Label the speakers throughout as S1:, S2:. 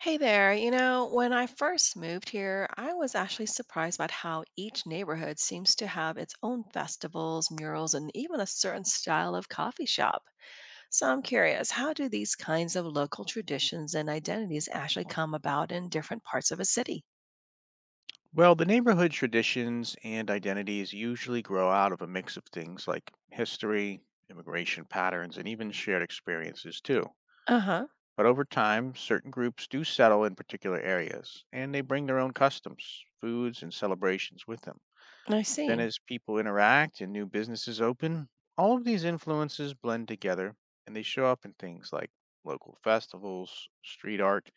S1: Hey there. You know, when I first moved here, I was actually surprised about how each neighborhood seems to have its own festivals, murals, and even a certain style of coffee shop. So I'm curious, how do these kinds of local traditions and identities actually come about in different parts of a city?
S2: Well, the neighborhood traditions and identities usually grow out of a mix of things like history, immigration patterns, and even shared experiences, too.
S1: Uh huh.
S2: But over time, certain groups do settle in particular areas, and they bring their own customs, foods, and celebrations with them.
S1: I
S2: Then,
S1: see.
S2: as people interact and new businesses open, all of these influences blend together, and they show up in things like local festivals, street art,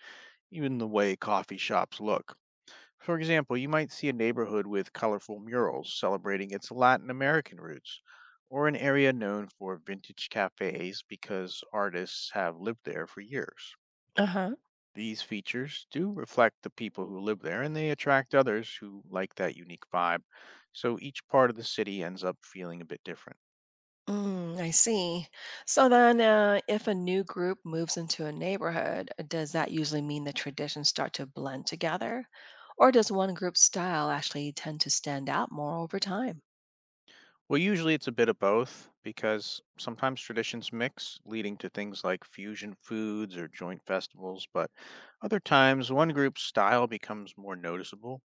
S2: even the way coffee shops look. For example, you might see a neighborhood with colorful murals celebrating its Latin American roots, or an area known for vintage cafes because artists have lived there for years.
S1: Uh huh.
S2: These features do reflect the people who live there and they attract others who like that unique vibe, so each part of the city ends up feeling a bit different.
S1: Mm, I see. So then, if a new group moves into a neighborhood, does that usually mean the traditions start to blend together? Or does one group's style actually tend to stand out more over time?
S2: Well, usually it's a bit of both because sometimes traditions mix, leading to things like fusion foods or joint festivals, but other times one group's style becomes more noticeable,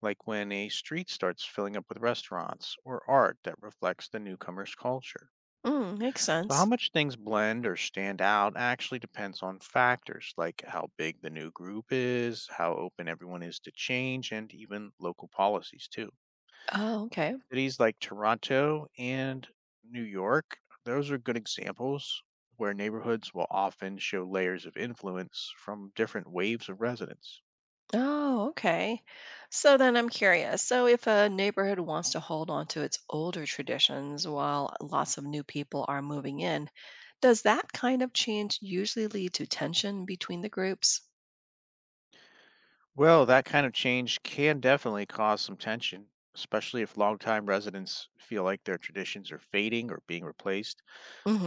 S2: like when a street starts filling up with restaurants or art that reflects the newcomer's culture.
S1: Mm, makes
S2: So, how
S1: sense.
S2: much things blend or stand out actually depends on factors like how big the new group is, how open everyone is to change, and even local policies, too.
S1: Oh, okay.
S2: Cities like Toronto and New York, those are good examples where neighborhoods will often show layers of influence from different waves of residents.
S1: Oh, okay. So then I'm curious. So if a neighborhood wants to hold on to its older traditions while lots of new people are moving in, does that kind of change usually lead to tension between the groups?
S2: Well, that kind of change can definitely cause some tension, especially if longtime residents feel like their traditions are fading or being replaced.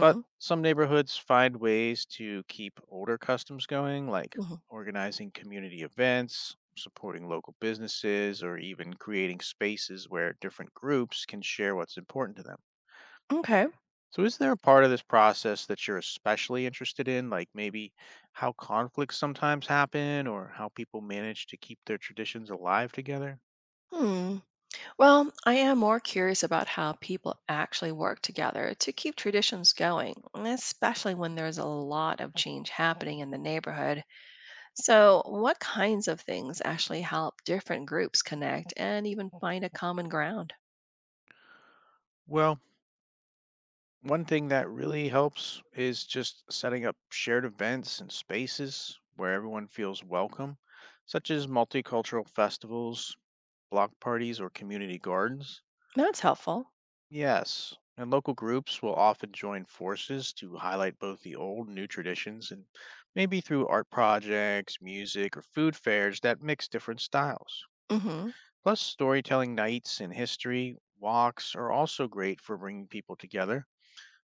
S2: But some neighborhoods find ways to keep older customs going, like
S1: Hmm.
S2: organizing community events, supporting local businesses, or even creating spaces where different groups can share what's important to them.
S1: Okay.
S2: So, is there a part of this process that you're especially interested in, like maybe how conflicts sometimes happen or how people manage to keep their traditions alive together?
S1: Hmm. Well, I am more curious about how people actually work together to keep traditions going, especially when there's a lot of change happening in the neighborhood. So, what kinds of things actually help different groups connect and even find a common ground?
S2: Well, one thing that really helps is just setting up shared events and spaces where everyone feels welcome, such as multicultural festivals, block parties, or community gardens.
S1: That's helpful.
S2: Yes, and local groups will often join forces to highlight both the old and new traditions, and maybe through art projects, music, or food fairs that mix different styles.
S1: Hmm.
S2: Plus, storytelling nights and history walks are also great for bringing people together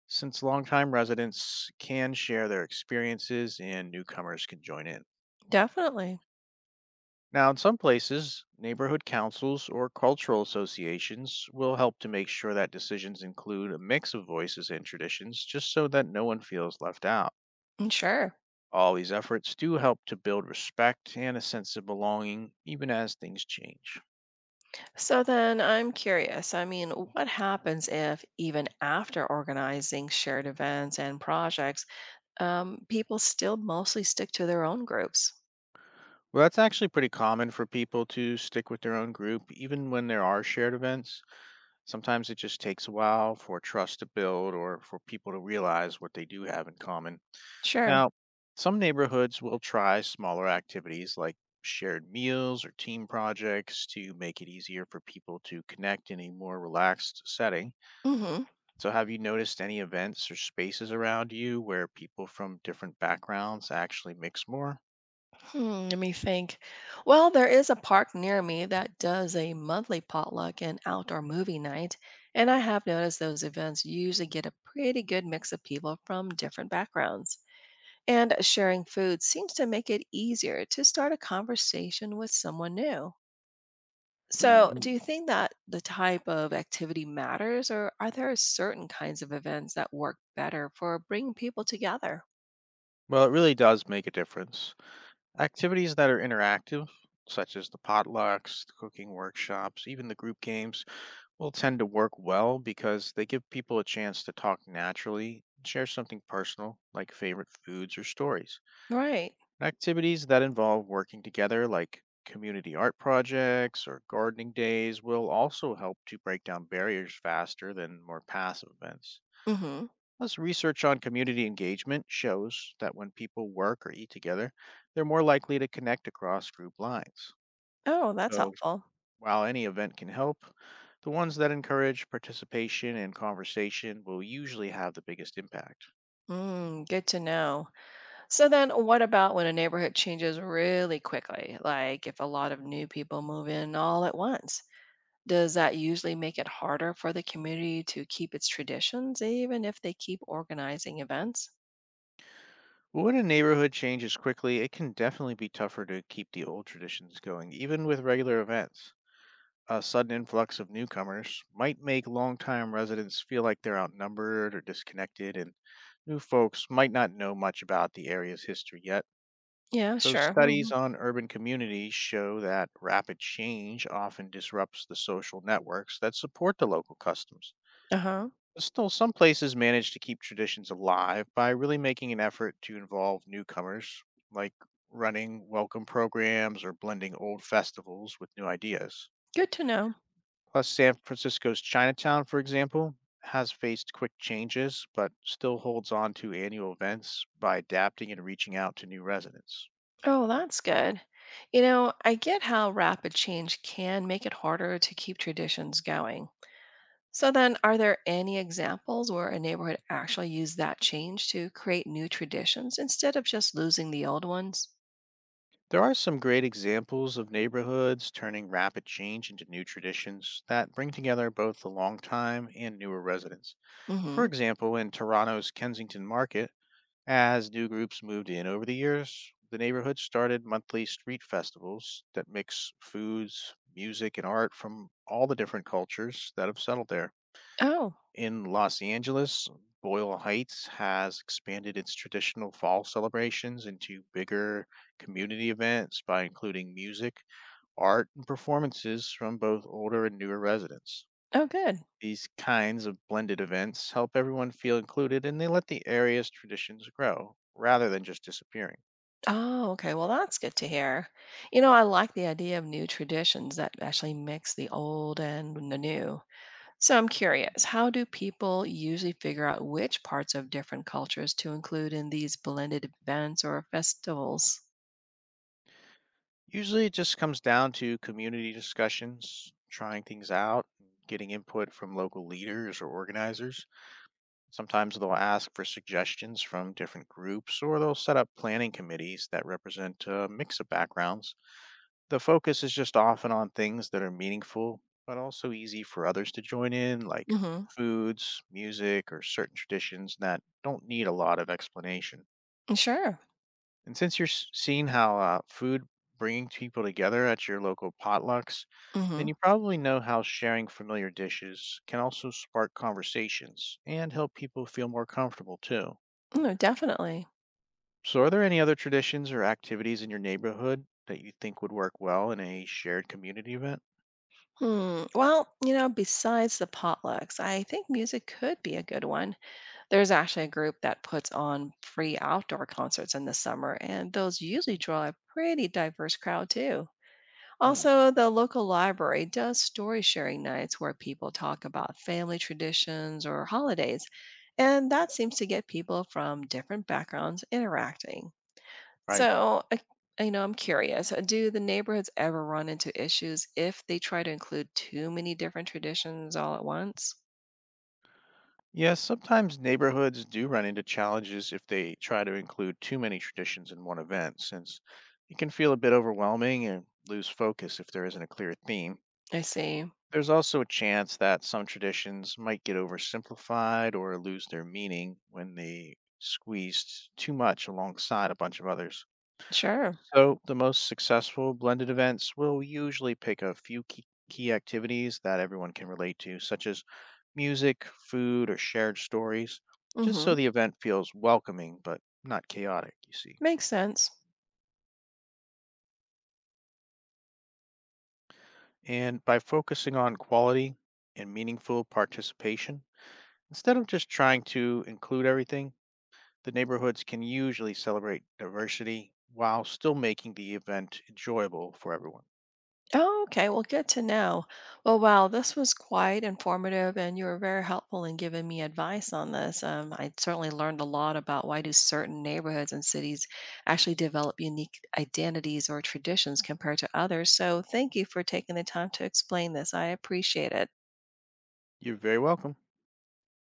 S2: since longtime residents can share their experiences and newcomers can join in.
S1: Definitely.
S2: Now, in some places, neighborhood councils or cultural associations will help to make sure that decisions include a mix of voices and traditions just so that no one feels left out.
S1: Mm, sure.
S2: All these efforts do help to build respect and a sense of belonging, even as things change.
S1: So then I'm curious. I mean, what happens if, even after organizing shared events and projects, people still mostly stick to their own groups?
S2: Well, that's actually pretty common for people to stick with their own group, even when there are shared events. Sometimes it just takes a while for trust to build or for people to realize what they do have in common.
S1: Sure.
S2: Now, some neighborhoods will try smaller activities like shared meals or team projects to make it easier for people to connect in a more relaxed setting.
S1: Mm-hmm.
S2: So, have you noticed any events or spaces around you where people from different backgrounds actually mix more?
S1: Hmm, let me think. Well, there is a park near me that does a monthly potluck and outdoor movie night, and I have noticed those events usually get a pretty good mix of people from different backgrounds. And sharing food seems to make it easier to start a conversation with someone new. So, do
S2: Hmm.
S1: you think that the type of activity matters, or are there certain kinds of events that work better for bringing people together?
S2: Well, it really does make a difference. Activities that are interactive, such as the potlucks, the cooking workshops, even the group games, will tend to work well because they give people a chance to talk naturally and share something personal, like favorite foods or stories.
S1: Right.
S2: Activities that involve working together, like community art projects or gardening days, will also help to break down barriers faster than more passive events.
S1: Mm-hmm.
S2: Plus, research on community engagement shows that when people work or eat together, they're more likely to connect across group lines.
S1: Oh, that's
S2: So,
S1: helpful.
S2: while any event can help, the ones that encourage participation and conversation will usually have the biggest impact.
S1: Mm, good to know. So, then what about when a neighborhood changes really quickly? Like if a lot of new people move in all at once, does that usually make it harder for the community to keep its traditions, even if they keep organizing events?
S2: When a neighborhood changes quickly, it can definitely be tougher to keep the old traditions going, even with regular events. A sudden influx of newcomers might make longtime residents feel like they're outnumbered or disconnected, and new folks might not know much about the area's history yet.
S1: Yeah,
S2: So,
S1: sure. Hmm.
S2: studies on urban communities show that rapid change often disrupts the social networks that support the local customs.
S1: Uh huh.
S2: Still, some places manage to keep traditions alive by really making an effort to involve newcomers, like running welcome programs or blending old festivals with new ideas.
S1: Good to know.
S2: Plus, San Francisco's Chinatown, for example, has faced quick changes but still holds on to annual events by adapting and reaching out to new residents.
S1: Oh, that's good. You know, I get how rapid change can make it harder to keep traditions going. So, then, are there any examples where a neighborhood actually used that change to create new traditions instead of just losing the old ones?
S2: There are some great examples of neighborhoods turning rapid change into new traditions that bring together both the longtime and newer residents. For
S1: Mm-hmm.
S2: example, in Toronto's Kensington Market, as new groups moved in over the years, the neighborhood started monthly street festivals that mix foods, music, and art from all the different cultures that have settled there.
S1: Oh,
S2: In Los Angeles, Boyle Heights has expanded its traditional fall celebrations into bigger community events by including music, art, and performances from both older and newer residents.
S1: oh, good.
S2: These kinds of blended events help everyone feel included and they let the area's traditions grow rather than just disappearing.
S1: Oh, okay. Well, that's good to hear. You know, I like the idea of new traditions that actually mix the old and the new. So I'm curious, how do people usually figure out which parts of different cultures to include in these blended events or festivals?
S2: Usually it just comes down to community discussions, trying things out, and getting input from local leaders or organizers. Sometimes they'll ask for suggestions from different groups or they'll set up planning committees that represent a mix of backgrounds. The focus is just often on things that are meaningful, but also easy for others to join in, like
S1: Mm-hmm.
S2: foods, music, or certain traditions that don't need a lot of explanation.
S1: Sure.
S2: And since seeing how food bringing people together at your local potlucks, then
S1: Mm-hmm.
S2: you probably know how sharing familiar dishes can also spark conversations and help people feel more comfortable too.
S1: No, definitely.
S2: So, are there any other traditions or activities in your neighborhood that you think would work well in a shared community event?
S1: Hmm. Well, you know, besides the potlucks, I think music could be a good one. There's actually a group that puts on free outdoor concerts in the summer, and those usually draw a pretty diverse crowd too.
S2: Hmm,
S1: Also, the local library does story sharing nights where people talk about family traditions or holidays, and that seems to get people from different backgrounds interacting.
S2: right.
S1: So, I know I'm curious, do the neighborhoods ever run into issues if they try to include too many different traditions all at once?
S2: Yes, sometimes neighborhoods do run into challenges if they try to include too many traditions in one event, since it can feel a bit overwhelming and lose focus if there isn't a clear theme.
S1: I see.
S2: There's also a chance that some traditions might get oversimplified or lose their meaning when they squeezed too much alongside a bunch of others.
S1: Sure.
S2: So, the most successful blended events will usually pick a few key activities that everyone can relate to, such as music, food, or shared stories, just so
S1: Mhm.
S2: the event feels welcoming but not chaotic, you see.
S1: Makes sense.
S2: And by focusing on quality and meaningful participation, instead of just trying to include everything, the neighborhoods can usually celebrate diversity while still making the event enjoyable for everyone.
S1: Oh, okay. Well, good to know. Well, wow, this was quite informative, and you were very helpful in giving me advice on this. I certainly learned a lot about why do certain neighborhoods and cities actually develop unique identities or traditions compared to others. So, thank you for taking the time to explain this. I appreciate it.
S2: You're very welcome.